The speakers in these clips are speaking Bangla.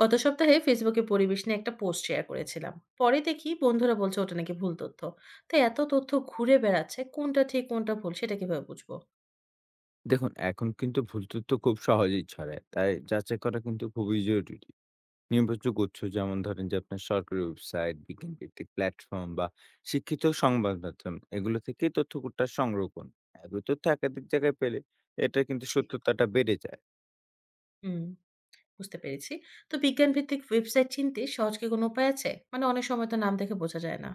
গত সপ্তাহে ফেসবুকে পরিবেশ নিয়ে একটা পোস্ট শেয়ার করেছিলাম। পরে দেখি বন্ধুরা বলছে ওটা নাকি ভুল তথ্য। তো এত তথ্য ঘুরে বেড়াচ্ছে, কোনটা ঠিক কোনটা ভুল সেটা কিভাবে বুঝবো? দেখুন, এখন কিন্তু ভুল তথ্য খুব সহজেই ছড়ায়। তাই যাচাই করা কিন্তু খুবই জরুরি। নির্ভরযোগ্য উৎস যেমন ধরেন যে আপনার সরকারি ওয়েবসাইট, বিজ্ঞানভিত্তিক প্ল্যাটফর্ম বা শিক্ষিত সংবাদ মাধ্যম এগুলো থেকে তথ্যটা সংগ্রহ করুন। এগুলো তথ্য একাধিক জায়গায় পেলে এটা কিন্তু জি। সত্যতাটা বেড়ে যায়। হুম। বুঝতে পেরেছি। তো বিজ্ঞান ভিত্তিক ওয়েবসাইট চিনতে সহজ কি কোনো উপায় আছে? মানে অনেক সময় তো নাম দেখে বোঝা যায় না।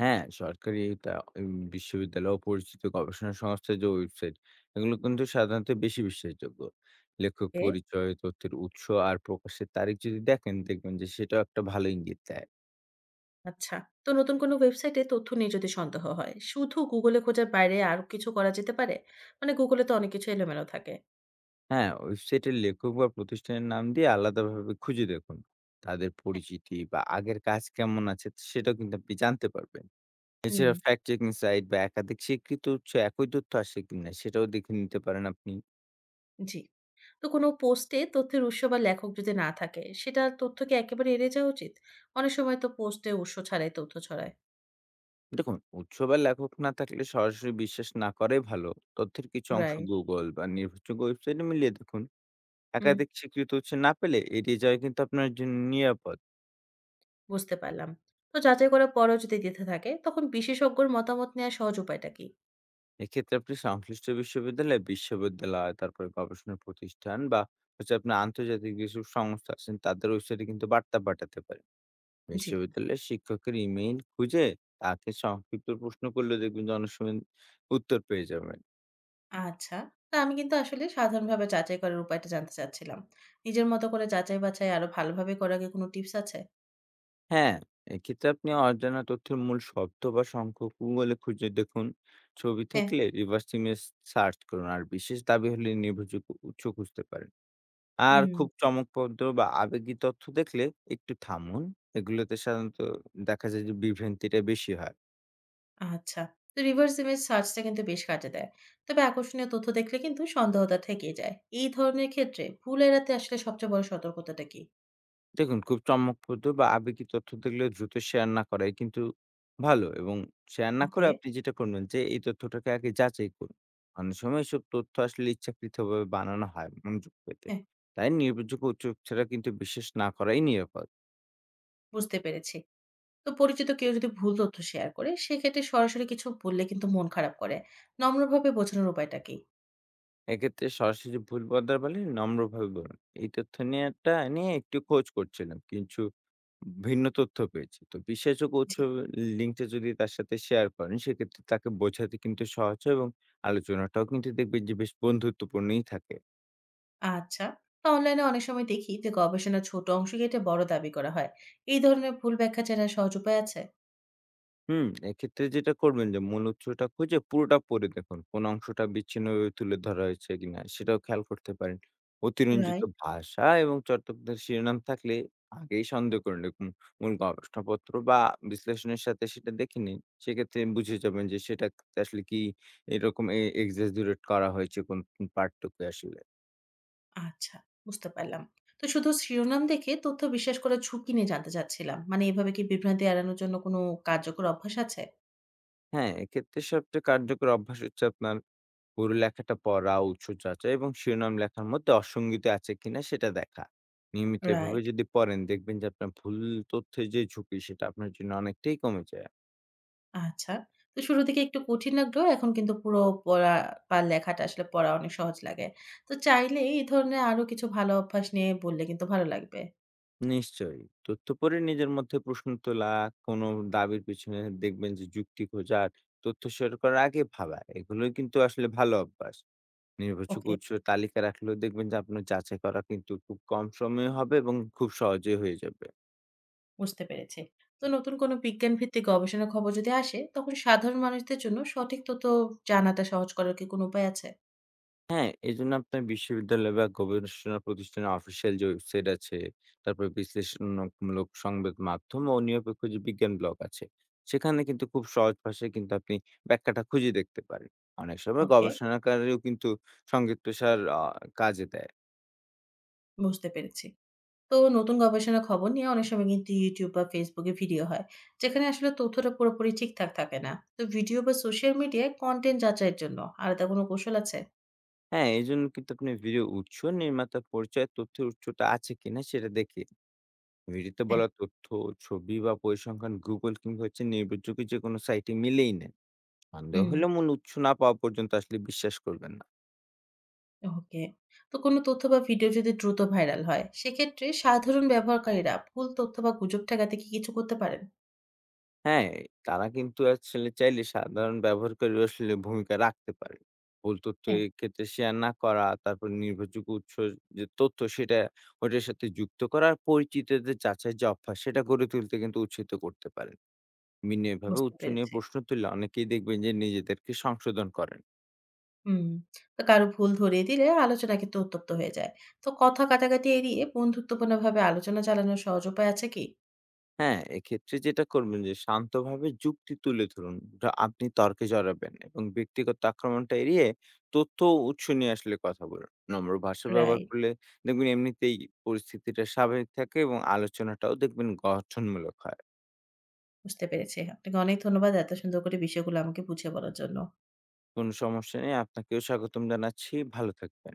হ্যাঁ, সরকারি এটা বিশ্ববিদ্যালয় ও পরিচিত গবেষণা সংস্থার যে ওয়েবসাইট এগুলো কিন্তু সাধারণত বেশি বিশ্বাসযোগ্য। লেখক এ, পরিচয়, তথ্যের উৎস আর প্রকাশের তারিখ যদি দেখেন দেখবেন যে সেটাও একটা ভালো ইঙ্গিত দেয়। আচ্ছা। তো নতুন কোনো ওয়েবসাইটে তথ্য নিয়ে যদি সন্দেহ হয়, শুধু গুগলে খোঁজার বাইরে আর কিছু করা যেতে পারে? মানে গুগলে তো অনেক কিছু এলোমেলো থাকে। হ্যাঁ, ওয়েবসাইটের লেখক বা প্রতিষ্ঠানের নাম দিয়ে আলাদাভাবে খুঁজে দেখুন। তাদের হ্যাঁ, পরিচিতি বা আগের কাজ কেমন আছে সেটাও কিন্তু আপনি জানতে পারবেন। হুম, এছাড়া ফ্যাক্ট চেকিং সাইট বা একাধিক স্বীকৃত উৎস একই তথ্য আসে কিনা সেটাও দেখে নিতে পারেন আপনি। জি। তো কোনো পোস্টে তথ্যের উৎস বা লেখক যদি না থাকে, সেটার তথ্য কি একেবারে এড়িয়ে যাওয়া উচিত? অনেক সময় তো পোস্টে উৎস ছাড়াই তথ্য ছড়ায়। দেখুন উৎস বা লেখক না থাকলে সরাসরি বিশ্বাস না করাই ভালো। তথ্যের কিছু অংশ রাইট। গুগল বা নির্ভরযোগ্য ওয়েবসাইটে মিলিয়ে দেখুন। হুম, একাধিক স্বীকৃত উৎস না পেলে এড়িয়ে যাওয়া কিন্তু আপনার জন্য নিরাপদ। বুঝতে পারলাম। তো যাচাই করার পরেও যদি দ্বিধা থাকে, তখন বিশেষজ্ঞর মতামত নেওয়ার সহজ উপায়টা কি? এক্ষেত্রে আপনি সংশ্লিষ্ট বিশ্ববিদ্যালয় তারপরে গবেষণা প্রতিষ্ঠান বা হচ্ছে আপনার আন্তর্জাতিক যেসব সংস্থা আছেন তাদের ওয়েবসাইটে কিন্তু বার্তা পাঠাতে পারেন, জি। বিশ্ববিদ্যালয়ের শিক্ষকের ইমেইল খুঁজে তাকে সংক্ষিপ্ত প্রশ্ন করলে দেখবেন যে অনেক সময় উত্তর পেয়ে যাবেন। আচ্ছা। তা আমি কিন্তু আসলে সাধারণভাবে যাচাই করার উপায়টা জানতে চাচ্ছিলাম। নিজের মতো করে যাচাই বাছাই আরো ভালোভাবে করার কি কোনো টিপস আছে? হ্যাঁ, এক্ষেত্রে আপনি অজানা তথ্যের মূল শব্দ বা সংখ্যক গুগলে খুঁজে দেখুন, ছবি হ্যাঁ। থাকলে রিভার্স ইমেজ সার্চ করুন আর বিশেষ দাবি হলে নির্ভরযোগ্য উৎস খুঁজতে পারেন। আর হুম। খুব চমকপ্রদ বা আবেগী তথ্য দেখলে একটু থামুন। এগুলোতে সাধারণত দেখা যায় যে বিভ্রান্তিটা বেশি হয়। আচ্ছা। তো reverse image search টা কিন্তু বেশ কাজে দেয়। তবে আকর্ষণীয় তথ্য দেখলে কিন্তু সন্দেহটা থেকেই যায়। এই ধরনের ক্ষেত্রে ভুল এড়াতে আসলে সবচেয়ে বড় সতর্কতাটা কি? দেখুন খুব চমকপ্রদ বা আবেগী তথ্য দেখলে দ্রুত শেয়ার না করাই কিন্তু ভালো, এবং শেয়ার না ওকে। করে আপনি যেটা করবেন যে এই তথ্যটাকে আগে যাচাই করুন। অনেক সময় এসব তথ্য আসলে ইচ্ছাকৃতভাবে বানানো হয় মনোযোগ পেতে। হ্যাঁ, তাই নির্ভরযোগ্য উৎস ছাড়া কিন্তু বিশ্বাস না করাই নিরাপদ। বুঝতে পেরেছি। তো পরিচিত কেউ যদি ভুল তথ্য শেয়ার করে, সেক্ষেত্রে সরাসরি কিছু বললে কিন্তু মন খারাপ করে। নম্রভাবে বোঝানোর উপায়টা কি? এক্ষেত্রে সরাসরি ভুল বদলে নম্রভাবে বলুন। এই তথ্য নিয়ে একটা নিয়ে একটু খোঁজ করছিলাম। কিছু ভিন্ন তথ্য পেয়েছি। তো বিশ্বাসযোগ্য উৎস জি, লিঙ্কটা যদি তার সাথে শেয়ার করেন, সেক্ষেত্রে তাকে বোঝাতে কিন্তু সহজ হয় এবং আলোচনাটাও কিন্তু দেখবেন যে বেশ বন্ধুত্বপূর্ণই থাকে। আচ্ছা। তো অনলাইনে অনেক সময় দেখি যে গবেষণার ছোট অংশ কেটে বড় দাবি করা হয়। এই ধরনের ভুল ব্যাখ্যা চেনার সহজ উপায় আছে? হুম, এক্ষেত্রে যেটা করবেন যে মূল উৎসটা খুঁজে পুরোটা পড়ে দেখুন। কোন অংশটা বিচ্ছিন্নভাবে তুলে ধরা হয়েছে কিনা সেটাও খেয়াল করতে পারেন। অতিরঞ্জিত রাইট। ভাষা এবং চটকদার শিরোনাম থাকলে আগেই সন্দেহ করে দেখুন। মূল গবেষণাপত্র বা বিশ্লেষণের সাথে সেটা দেখে নিন। সেক্ষেত্রে বুঝে যাবেন যে সেটা আসলে কি এরকম এক্সাজারেট করা হয়েছে কোন পার্টটুকু আসলে। আচ্ছা, বুঝতে পারলাম। তো শুধু শিরোনাম দেখে তথ্য বিশ্বাস করার ঝুঁকি নিয়ে জানতে চাচ্ছিলাম। মানে এভাবে কি বিভ্রান্তি এড়ানোর জন্য কোনো কার্যকর অভ্যাস আছে? হ্যাঁ, এক্ষেত্রে সবচেয়ে কার্যকর অভ্যাস হচ্ছে আপনার পুরো লেখাটা পড়া, উৎস চর্চা এবং শিরোনাম লেখার মধ্যে অসঙ্গতি আছে কিনা সেটা দেখা। নিয়মিত এভাবে রাইট। যদি পড়েন দেখবেন যে আপনার ভুল তথ্যের যে ঝুঁকি সেটা আপনার জন্য অনেকটাই কমে যায়। আচ্ছা। তো শুরু থেকে একটু কঠিন লাগলেও এখন কিন্তু পুরো পড়া বা লেখাটা আসলে পড়া অনেক সহজ লাগে। তো চাইলে এই ধরনের আরো কিছু ভালো অভ্যাস নিয়ে বললে কিন্তু ভালো লাগবে। নিশ্চয়ই। তথ্য পড়ে নিজের মধ্যে প্রশ্ন তোলা, কোনো দাবির পিছনে দেখবেন যে যুক্তি খোঁজা, তথ্য শেয়ার করার আগে ভাবা। এগুলোই কিন্তু আসলে ভালো অভ্যাস। নির্ভরযোগ্য ওকে, উৎসের তালিকা রাখলেও দেখবেন যে আপনার যাচাই করা কিন্তু খুব কম সময়ে হবে এবং খুব সহজেই হয়ে যাবে। বুঝতে পেরেছি। তো নতুন কোনো বিজ্ঞান ভিত্তিক গবেষণার খবর যদি আসে, তখন সাধারণ মানুষদের জন্য সঠিক তথ্য জানাটা সহজ করার কি কোনো উপায় আছে? হ্যাঁ, এজন্য আপনার বিশ্ববিদ্যালয় বা গবেষণা প্রতিষ্ঠানের অফিসিয়াল যে ওয়েবসাইট আছে, তারপরে বিশ্লেষণমূলক সংবাদ মাধ্যম ও নিরপেক্ষ যে বিজ্ঞান ব্লগ আছে, সেখানে কিন্তু খুব সহজ ভাষায় কিন্তু আপনি ব্যাখ্যাটা খুঁজে দেখতে পারেন। অনেক সময় ওকে, গবেষণাকারীও কিন্তু সংক্ষিপ্তসার আ কাজে দেয়। বুঝতে পেরেছি। তো নতুন গবেষণার খবর নিয়ে অনেক সময় কিন্তু ইউটিউব বা ফেসবুকে ভিডিও হয়, যেখানে আসলে তথ্যটা পুরোপুরি ঠিকঠাক থাকে না। তো ভিডিও বা সোশ্যাল মিডিয়ায় কন্টেন্ট যাচাইয়ের জন্য আলাদা কোনো কৌশল আছে? হ্যাঁ, এজন্য কিন্তু আপনি ভিডিও উৎস, নির্মাতা পরিচয়, তথ্যের উৎসটা আছে কিনা সেটা দেখে ভিডিওতে হ্যাঁ। বলা তথ্য, ছবি বা পরিসংখ্যান Google কিংবা হচ্ছে নির্ভরযোগ্য যে কোনো সাইটে মিলেই না। সন্দেহ হুম। হলে মূল উৎস না পাওয়া পর্যন্ত আসলে বিশ্বাস করবেন না। ওকে। তো কোনো তথ্য বা ভিডিও যদি দ্রুত ভাইরাল হয়, সেক্ষেত্রে সাধারণ ব্যবহারকারীরা ভুল তথ্য বা গুজব ঠেকাতে কি কিছু করতে পারেন? হ্যাঁ, তারা কিন্তু আসলে চাইলে সাধারণ ব্যবহারকারীও আসলে ভূমিকা রাখতে পারে। ভুল তথ্য হ্যাঁ। এক্ষেত্রে শেয়ার না করা, তারপর নির্ভরযোগ্য উৎস যে তথ্য সেটা ওটার সাথে যুক্ত করা আর পরিচিতদের যাচাইয়ের যে অভ্যাস সেটা গড়ে তুলতে কিন্তু উৎসাহিত করতে পারেন। মিনে এভাবে বুঝতে উৎস নিয়ে পেরেছে। প্রশ্ন তুললে অনেকেই দেখবেন যে নিজেদেরকে সংশোধন করেন। হুম। তো কারো ভুল ধরিয়ে দিলে আলোচনা কিন্তু উত্তপ্ত হয়ে যায়। তো কথা কাটাকাটি এড়িয়ে বন্ধুত্বপূর্ণ ভাবে আলোচনা চালানোর সহজ উপায় আছে কি? হ্যাঁ, এক্ষেত্রে যেটা করবেন যে শান্তভাবে যুক্তি তুলে ধরুন। আপনি তর্কে জড়াবেন এবং ব্যক্তিগত আক্রমণটা এড়িয়ে তথ্য ও উৎস নিয়ে আসলে কথা বলুন। নম্র ভাষা ব্যবহার রাইট। করলে দেখবেন এমনিতেই পরিস্থিতিটা স্বাভাবিক থাকে এবং আলোচনাটাও দেখবেন গঠনমূলক হয়। বুঝতে পেরেছি। আপনাকে অনেক ধন্যবাদ এত সুন্দর করে বিষয়গুলো আমাকে বুঝিয়ে বলার জন্য। কোনো সমস্যা নেই। আপনাকেও স্বাগতম জানাচ্ছি। ভালো থাকবেন।